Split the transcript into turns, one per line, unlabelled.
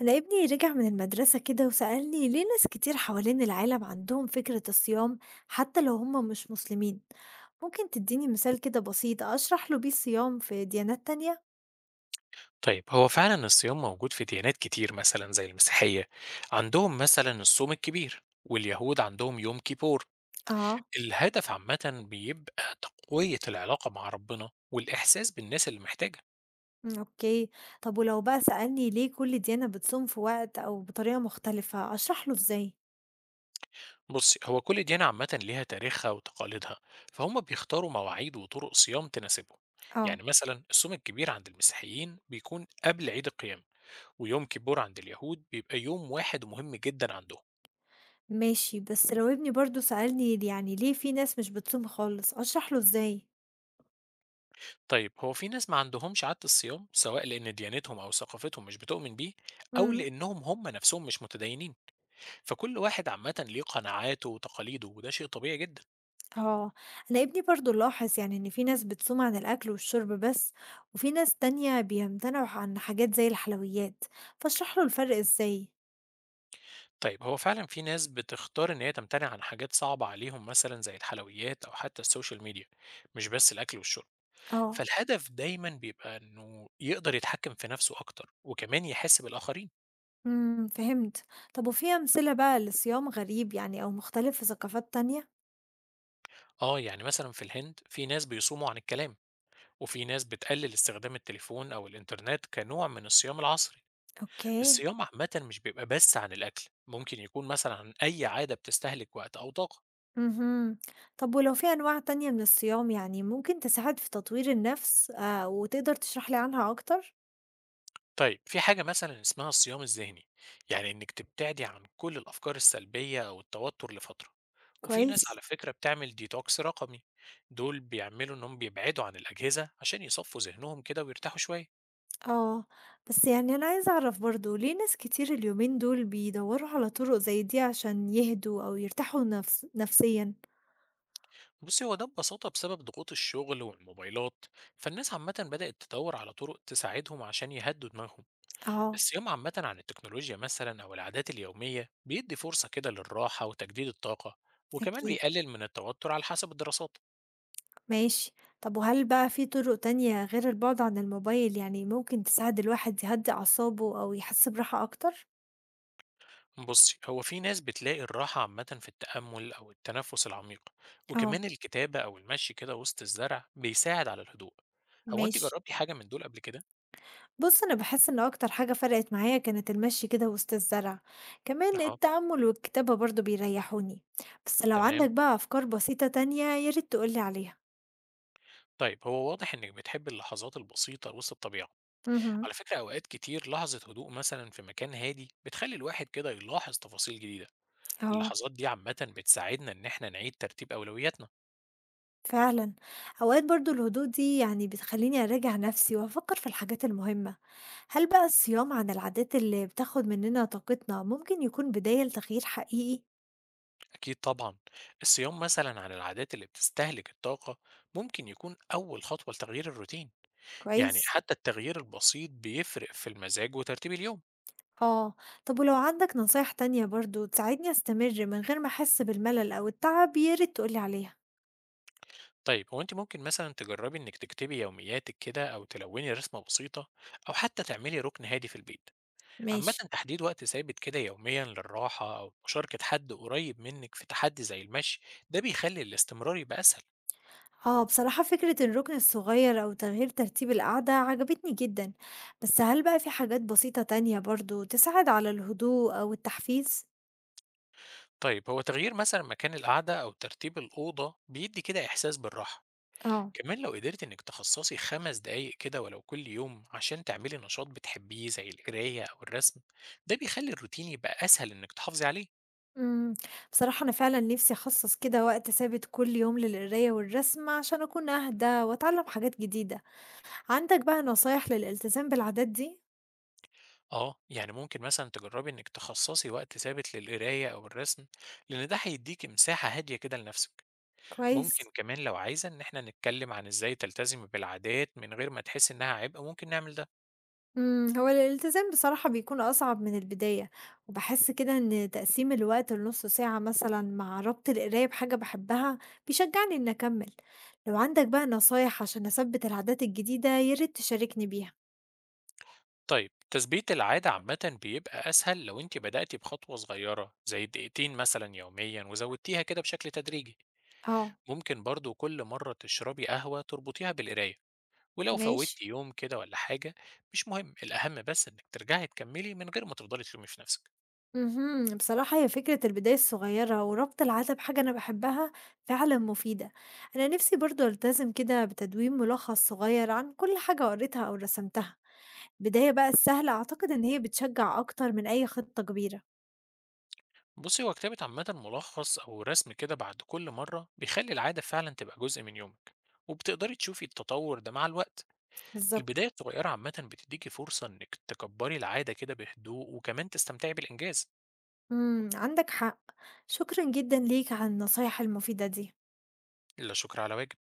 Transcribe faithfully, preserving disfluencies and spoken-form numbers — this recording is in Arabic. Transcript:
أنا ابني رجع من المدرسة كده وسألني ليه ناس كتير حوالين العالم عندهم فكرة الصيام، حتى لو هم مش مسلمين. ممكن تديني مثال كده بسيط أشرح له بيه الصيام في ديانات تانية؟
طيب هو فعلا الصيام موجود في ديانات كتير، مثلا زي المسيحية عندهم مثلا الصوم الكبير، واليهود عندهم يوم كيبور.
اه.
الهدف عامة بيبقى تقوية العلاقة مع ربنا والإحساس بالناس اللي محتاجة.
مم، اوكي. طب ولو بقى سألني ليه كل ديانة بتصوم في وقت أو بطريقة مختلفة أشرح له ازاي؟
بص، هو كل ديانة عامة ليها تاريخها وتقاليدها، فهم بيختاروا مواعيد وطرق صيام تناسبهم.
اه.
يعني مثلا الصوم الكبير عند المسيحيين بيكون قبل عيد القيامة، ويوم كيبور عند اليهود بيبقى يوم واحد مهم جدا عندهم.
ماشي، بس لو ابني برضو سألني يعني ليه في ناس مش بتصوم خالص أشرح له ازاي؟
طيب، هو في ناس ما عندهمش عادة الصيام، سواء لأن ديانتهم أو ثقافتهم مش بتؤمن بيه، أو
مم.
لأنهم هم نفسهم مش متدينين. فكل واحد عامة ليه قناعاته وتقاليده، وده شيء طبيعي جدا.
آه. أنا ابني برضه لاحظ يعني إن في ناس بتصوم عن الأكل والشرب بس، وفي ناس تانية بيمتنعوا عن حاجات زي الحلويات، فاشرح له الفرق إزاي.
طيب هو فعلا في ناس بتختار إن هي تمتنع عن حاجات صعبة عليهم، مثلا زي الحلويات أو حتى السوشيال ميديا، مش بس الأكل والشرب.
آه.
فالهدف دايما بيبقى إنه يقدر يتحكم في نفسه أكتر، وكمان يحس بالآخرين.
امم فهمت. طب وفي أمثلة بقى لصيام غريب يعني أو مختلف في ثقافات تانية؟
آه، يعني مثلا في الهند في ناس بيصوموا عن الكلام، وفي ناس بتقلل استخدام التليفون أو الإنترنت كنوع من الصيام العصري.
أوكي.
الصيام عامة مش بيبقى بس عن الأكل، ممكن يكون مثلا عن أي عادة بتستهلك وقت أو طاقة.
امم. طب ولو في أنواع تانية من الصيام يعني ممكن تساعد في تطوير النفس آه وتقدر تشرح لي عنها أكتر؟
طيب في حاجة مثلا اسمها الصيام الذهني، يعني إنك تبتعدي عن كل الأفكار السلبية أو التوتر لفترة. وفي ناس
كويس.
على فكرة بتعمل ديتوكس رقمي، دول بيعملوا إنهم بيبعدوا عن الأجهزة عشان يصفوا ذهنهم كده ويرتاحوا شوية.
آه. بس يعني أنا عايزة أعرف برضه ليه ناس كتير اليومين دول بيدوروا على طرق زي دي عشان يهدوا أو يرتاحوا نفس نفسيًا؟
بصي، هو ده ببساطة بسبب ضغوط الشغل والموبايلات، فالناس عامة بدأت تدور على طرق تساعدهم عشان يهدوا دماغهم.
اه.
الصيام عامة عن التكنولوجيا مثلا أو العادات اليومية بيدي فرصة كده للراحة وتجديد الطاقة، وكمان
أكيد.
بيقلل من التوتر على حسب الدراسات.
ماشي. طب وهل بقى في طرق تانية غير البعد عن الموبايل يعني ممكن تساعد الواحد يهدي أعصابه أو يحس براحة أكتر؟
بصي، هو في ناس بتلاقي الراحة عامة في التأمل أو التنفس العميق،
اه.
وكمان الكتابة أو المشي كده وسط الزرع بيساعد على الهدوء. هو أنت
ماشي.
جربتي حاجة من دول قبل كده؟
بص انا بحس ان اكتر حاجة فرقت معايا كانت المشي كده وسط الزرع، كمان
أها.
التأمل والكتابة برضو بيريحوني. بس لو
تمام.
عندك بقى افكار بسيطة تانية ياريت تقولي عليها.
طيب هو واضح إنك بتحب اللحظات البسيطة وسط الطبيعة.
مهم.
على فكرة أوقات كتير لحظة هدوء مثلا في مكان هادي بتخلي الواحد كده يلاحظ تفاصيل جديدة.
آه.
اللحظات دي عامة بتساعدنا إن احنا نعيد ترتيب أولوياتنا.
فعلًا. أوقات برضه الهدوء دي يعني بتخلّيني أراجع نفسي وأفكّر في الحاجات المهمة. هل بقى الصيام عن العادات اللي بتاخد مننا طاقتنا ممكن يكون بداية لتغيير حقيقي؟
أكيد طبعا، الصيام مثلا عن العادات اللي بتستهلك الطاقة ممكن يكون أول خطوة لتغيير الروتين. يعني
كويس.
حتى التغيير البسيط بيفرق في المزاج وترتيب اليوم.
آه. طب ولو عندك نصايح تانية برضه تساعدني أستمر من غير ما أحس بالملل أو التعب، يا ريت تقول لي عليها.
طيب هو انت ممكن مثلا تجربي انك تكتبي يومياتك كده، او تلوني رسمة بسيطة، او حتى تعملي ركن هادي في البيت. عامةً
ماشي.
تحديد وقت ثابت كده يوميًا للراحة أو مشاركة حد قريب منِّك في تحدي زي المشي، ده بيخلّي الاستمرار يبقى أسهل.
آه، بصراحة فكرة الرُكن الصغير أو تغيير ترتيب القعدة عجبتني جدًا، بس هل بقى في حاجات بسيطة تانية برضه تساعد على الهدوء أو التحفيز؟
طيب هو تغيير مثلًا مكان القعدة أو ترتيب الأوضة بيدّي كده إحساس بالراحة.
آه.
كمان لو قدرتِ إنِّك تخصصي خمس دقايق كده ولو كل يوم عشان تعملي نشاط بتحبيه زي القراية أو الرسم، ده بيخلّي الروتين يبقى أسهل إنِّك تحافظي عليه.
إمم، بصراحة أنا فعلًا نِفْسي أخصّص كده وقت ثابت كل يوم للقراية والرسم عشان أكون أهدى وأتعلّم حاجات جديدة، عندك بقى نصايح للالتزام بالعادات دي؟
آه، يعني ممكن مثلًا تجرّبي إنِّك تخصصي وقت ثابت للقراية أو الرسم، لإن ده هيدّيكِ مساحة هادية كده لنفسِك. ممكن
كويس.
كمان لو عايزة إن إحنا نتكلم عن إزاي تلتزم بالعادات من غير ما تحس إنها عبء، ممكن نعمل ده.
إمم، هو الالتزام بصراحة بيكون أصعب من البداية، وباحس كده إن تقسيم الوقت لنُص ساعة مثلًا مع ربط القراية بحاجة باحبها بيشجعني إني أكمّل. لو عندك بقى نصايح عشان أثبّت العادات الجديدة يا ريت تشاركني بيها.
طيب تثبيت العادة عامة بيبقى أسهل لو أنت بدأتي بخطوة صغيرة زي دقيقتين مثلا يوميا، وزودتيها كده بشكل تدريجي.
آه.
ممكن برضو كل مرة تشربي قهوة تربطيها بالقراية. ولو
ماشي.
فوتي يوم كده ولا حاجة، مش مهم، الأهم بس إنك ترجعي تكملي من غير ما تفضلي تلومي في نفسك.
اهم. بصراحة هي فكرة البداية الصغيرة وربط العادة بحاجة أنا بحبها فعلا مفيدة. أنا نفسي برضو ألتزم كده بتدوين ملخص صغير عن كل حاجة قريتها أو رسمتها. البداية بقى السهلة أعتقد إن هي بتشجع أكتر من أي خطة كبيرة.
بصي، هو كتابة عامة ملخص أو رسم كده بعد كل مرة بيخلي العادة فعلا تبقى جزء من يومك، وبتقدري تشوفي التطور ده مع الوقت.
بالظبط.
البداية الصغيرة عامة بتديكي فرصة إنك تكبري العادة كده بهدوء، وكمان تستمتعي بالإنجاز.
مم. عندك حق. شكرا جدا ليك على النصايح المفيدة دي.
لا شكر على واجب.